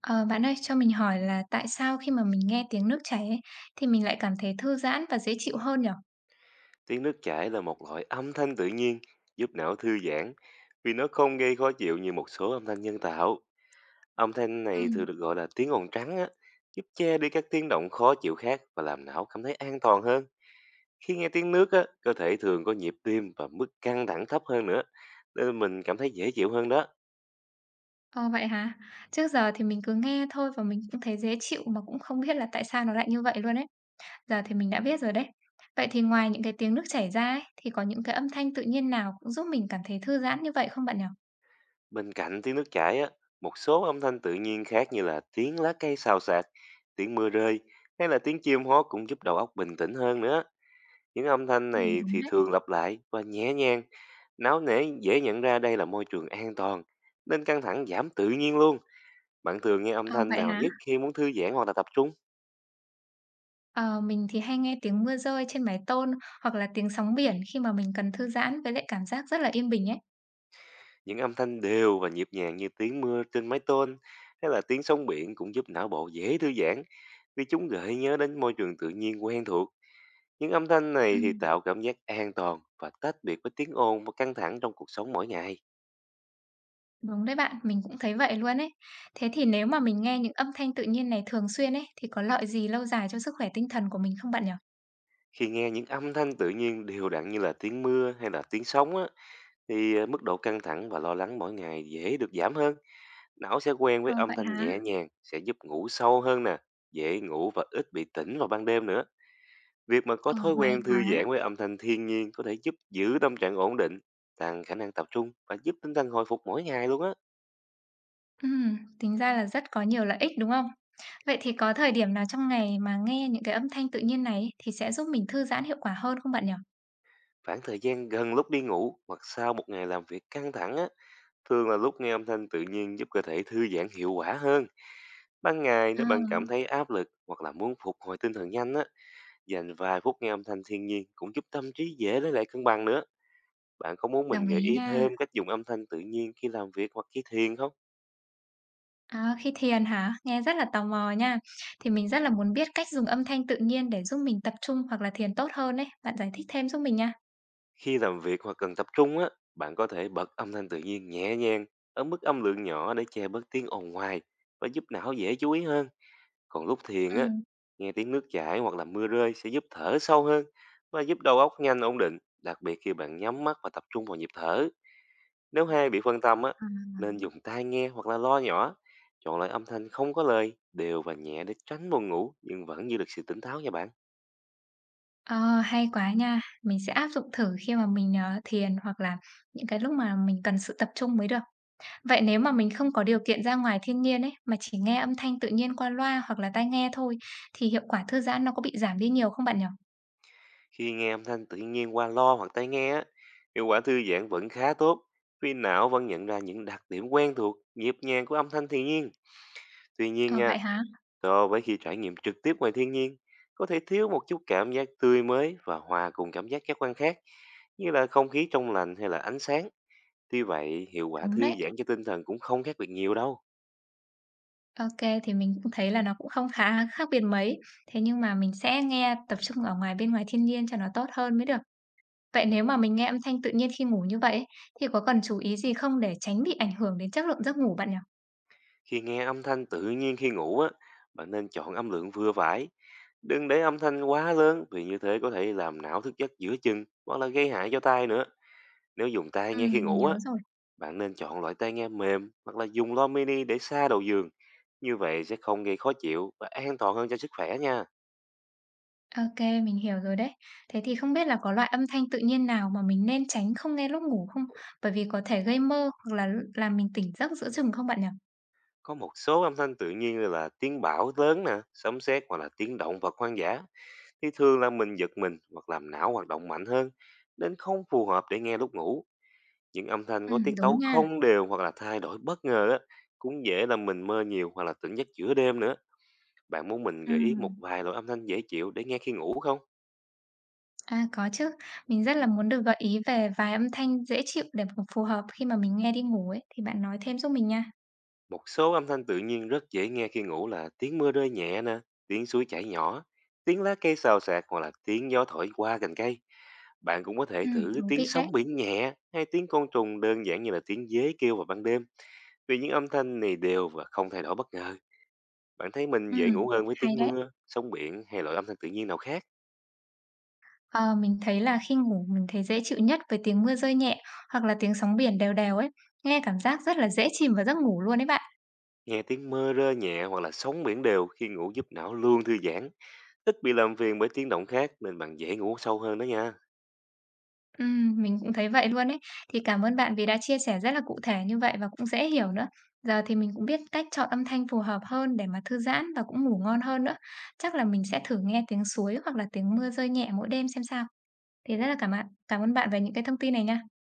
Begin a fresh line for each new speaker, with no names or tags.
Ờ, Bạn ơi, cho mình hỏi là tại sao khi mà mình nghe tiếng nước chảy ấy, thì mình lại cảm thấy thư giãn và dễ chịu hơn nhở?
Tiếng nước chảy là một loại âm thanh tự nhiên giúp não thư giãn vì nó không gây khó chịu như một số âm thanh nhân tạo. Âm thanh
Ừ.
này thường được gọi là tiếng ồn trắng á, giúp che đi các tiếng động khó chịu khác và làm não cảm thấy an toàn hơn. Khi nghe tiếng nước á, cơ thể thường có nhịp tim và mức căng thẳng thấp hơn nữa, nên mình cảm thấy dễ chịu hơn đó.
Ờ, Vậy hả? Trước giờ thì mình cứ nghe thôi và mình cũng thấy dễ chịu mà cũng không biết là tại sao nó lại như vậy luôn ấy. Giờ thì mình đã biết rồi đấy. Vậy thì ngoài những cái tiếng nước chảy ra ấy, thì có những cái âm thanh tự nhiên nào cũng giúp mình cảm thấy thư giãn như vậy không bạn nhở?
Bên cạnh tiếng nước chảy á, một số âm thanh tự nhiên khác như là tiếng lá cây xào xạc, tiếng mưa rơi hay là tiếng chim hót cũng giúp đầu óc bình tĩnh hơn nữa. Những âm thanh này
Đúng
thì
đấy.
thường lặp lại và nhẹ nhàng, náo nể dễ nhận ra đây là môi trường an toàn, nên căng thẳng giảm tự nhiên luôn. Bạn thường nghe âm
Ờ,
thanh
Vậy
nào
hả?
nhất khi muốn thư giãn hoặc là tập trung?
Ờ, mình thì hay nghe tiếng mưa rơi trên mái tôn hoặc là tiếng sóng biển khi mà mình cần thư giãn với lại cảm giác rất là yên bình ấy.
Những âm thanh đều và nhịp nhàng như tiếng mưa trên mái tôn hay là tiếng sóng biển cũng giúp não bộ dễ thư giãn vì chúng gợi nhớ đến môi trường tự nhiên quen thuộc. Những âm thanh này thì
Ừm.
tạo cảm giác an toàn và tách biệt với tiếng ồn và căng thẳng trong cuộc sống mỗi ngày.
Đúng đấy bạn, mình cũng thấy vậy luôn ấy. Thế thì nếu mà mình nghe những âm thanh tự nhiên này thường xuyên ấy, thì có lợi gì lâu dài cho sức khỏe tinh thần của mình không bạn nhỉ?
Khi nghe những âm thanh tự nhiên đều đặn như là tiếng mưa hay là tiếng sóng á, thì à, mức độ căng thẳng và lo lắng mỗi ngày dễ được giảm hơn. Não sẽ quen với
Ờ,
âm
Vậy
thanh
hả?
nhẹ nhàng, sẽ giúp ngủ sâu hơn nè, dễ ngủ và ít bị tỉnh vào ban đêm nữa. Việc mà có
Ờ,
thói
May
quen thư
quá.
giãn với âm thanh thiên nhiên có thể giúp giữ tâm trạng ổn định, tăng khả năng tập trung và giúp tinh thần hồi phục mỗi ngày luôn á.
Tính ra là rất có nhiều lợi ích đúng không? Vậy thì có thời điểm nào trong ngày mà nghe những cái âm thanh tự nhiên này ấy, thì sẽ giúp mình thư giãn hiệu quả hơn không bạn nhỉ?
Khoảng thời gian gần lúc đi ngủ hoặc sau một ngày làm việc căng thẳng á, thường là lúc nghe âm thanh tự nhiên giúp cơ thể thư giãn hiệu quả hơn. Ban ngày nếu bạn
À,
cảm thấy áp lực hoặc là muốn phục hồi tinh thần nhanh á, dành vài phút nghe âm thanh thiên nhiên cũng giúp tâm trí dễ lấy lại cân bằng nữa. Bạn có muốn mình
đồng
gợi
ý
ý
nha.
thêm cách dùng âm thanh tự nhiên khi làm việc hoặc khi thiền không?
À, khi thiền hả? Nghe rất là tò mò nha. Thì mình rất là muốn biết cách dùng âm thanh tự nhiên để giúp mình tập trung hoặc là thiền tốt hơn ấy. Bạn giải thích thêm giúp mình nha.
Khi làm việc hoặc cần tập trung á, bạn có thể bật âm thanh tự nhiên nhẹ nhàng ở mức âm lượng nhỏ để che bớt tiếng ồn ngoài và giúp não dễ chú ý hơn. Còn lúc thiền
Ừ.
á, nghe tiếng nước chảy hoặc là mưa rơi sẽ giúp thở sâu hơn và giúp đầu óc nhanh ổn định, đặc biệt khi bạn nhắm mắt và tập trung vào nhịp thở. Nếu hai bị phân tâm á, nên dùng tai nghe hoặc là loa nhỏ, chọn loại âm thanh không có lời, đều và nhẹ để tránh buồn ngủ nhưng vẫn giữ được sự tỉnh táo nha bạn.
Ờ, Hay quá nha. Mình sẽ áp dụng thử khi mà mình, thiền hoặc là những cái lúc mà mình cần sự tập trung mới được. Vậy nếu mà mình không có điều kiện ra ngoài thiên nhiên ấy, mà chỉ nghe âm thanh tự nhiên qua loa hoặc là tai nghe thôi, thì hiệu quả thư giãn nó có bị giảm đi nhiều không bạn nhỉ?
Khi nghe âm thanh tự nhiên qua lo hoặc tai nghe á, hiệu quả thư giãn vẫn khá tốt vì não vẫn nhận ra những đặc điểm quen thuộc, nhịp nhàng của âm thanh thiên nhiên. Tuy nhiên
Ờ,
nha,
Vậy hả?
so với khi trải nghiệm trực tiếp ngoài thiên nhiên, có thể thiếu một chút cảm giác tươi mới và hòa cùng cảm giác giác quan khác như là không khí trong lành hay là ánh sáng. Tuy vậy, hiệu quả
Đúng
thư
đấy.
giãn cho tinh thần cũng không khác biệt nhiều đâu.
Ok, thì mình cũng thấy là nó cũng không khá khác biệt mấy. Thế nhưng mà mình sẽ nghe tập trung ở ngoài bên ngoài thiên nhiên cho nó tốt hơn mới được. Vậy nếu mà mình nghe âm thanh tự nhiên khi ngủ như vậy ấy, thì có cần chú ý gì không để tránh bị ảnh hưởng đến chất lượng giấc ngủ bạn nhỉ?
Khi nghe âm thanh tự nhiên khi ngủ á, bạn nên chọn âm lượng vừa phải. Đừng để âm thanh quá lớn vì như thế có thể làm não thức giấc giữa chừng hoặc là gây hại cho tai nữa. Nếu dùng tai nghe khi
Mình
ngủ á,
nhớ rồi.
bạn nên chọn loại tai nghe mềm hoặc là dùng loa mini để xa đầu giường. Như vậy sẽ không gây khó chịu và an toàn hơn cho sức khỏe nha.
OK, mình hiểu rồi đấy. Thế thì không biết là có loại âm thanh tự nhiên nào mà mình nên tránh không nghe lúc ngủ không? Bởi vì có thể gây mơ hoặc là làm mình tỉnh giấc giữa chừng không bạn nhỉ?
Có một số âm thanh tự nhiên như là tiếng bão lớn nè, sấm sét hoặc là tiếng động vật hoang dã thì thường là mình giật mình hoặc làm não hoạt động mạnh hơn, nên không phù hợp để nghe lúc ngủ. Những âm thanh có tiết
Đúng
tấu
nha.
không đều hoặc là thay đổi bất ngờ á, cũng dễ làm mình mơ nhiều hoặc là tỉnh giấc giữa đêm nữa. Bạn muốn mình gợi ý một
Ừm.
vài loại âm thanh dễ chịu để nghe khi ngủ không?
À, có chứ. Mình rất là muốn được gợi ý về vài âm thanh dễ chịu để mà phù hợp khi mà mình nghe đi ngủ ấy, thì bạn nói thêm giúp mình nha.
Một số âm thanh tự nhiên rất dễ nghe khi ngủ là tiếng mưa rơi nhẹ nè, tiếng suối chảy nhỏ, tiếng lá cây xào xạc hoặc là tiếng gió thổi qua cành cây. Bạn cũng có thể thử
Thú
tiếng
vị đấy.
sóng biển nhẹ hay tiếng côn trùng đơn giản như là tiếng dế kêu vào ban đêm. Vì những âm thanh này đều và không thay đổi bất ngờ, bạn thấy mình dễ
Ừm,
ngủ hơn với
hay
tiếng
đấy.
mưa, sóng biển hay loại âm thanh tự nhiên nào khác.
Ờ, mình thấy là khi ngủ mình thấy dễ chịu nhất với tiếng mưa rơi nhẹ hoặc là tiếng sóng biển đều đều ấy, nghe cảm giác rất là dễ chìm vào giấc ngủ luôn ấy bạn.
Nghe tiếng mưa rơi nhẹ hoặc là sóng biển đều khi ngủ giúp não luôn thư giãn, ít bị làm phiền bởi tiếng động khác nên bạn dễ ngủ sâu hơn đó nha.
Mình cũng thấy vậy luôn ấy. Thì cảm ơn bạn vì đã chia sẻ rất là cụ thể như vậy và cũng dễ hiểu nữa. Giờ thì mình cũng biết cách chọn âm thanh phù hợp hơn để mà thư giãn và cũng ngủ ngon hơn nữa. Chắc là mình sẽ thử nghe tiếng suối hoặc là tiếng mưa rơi nhẹ mỗi đêm xem sao. Thì rất là cảm ơn bạn về những cái thông tin này nha.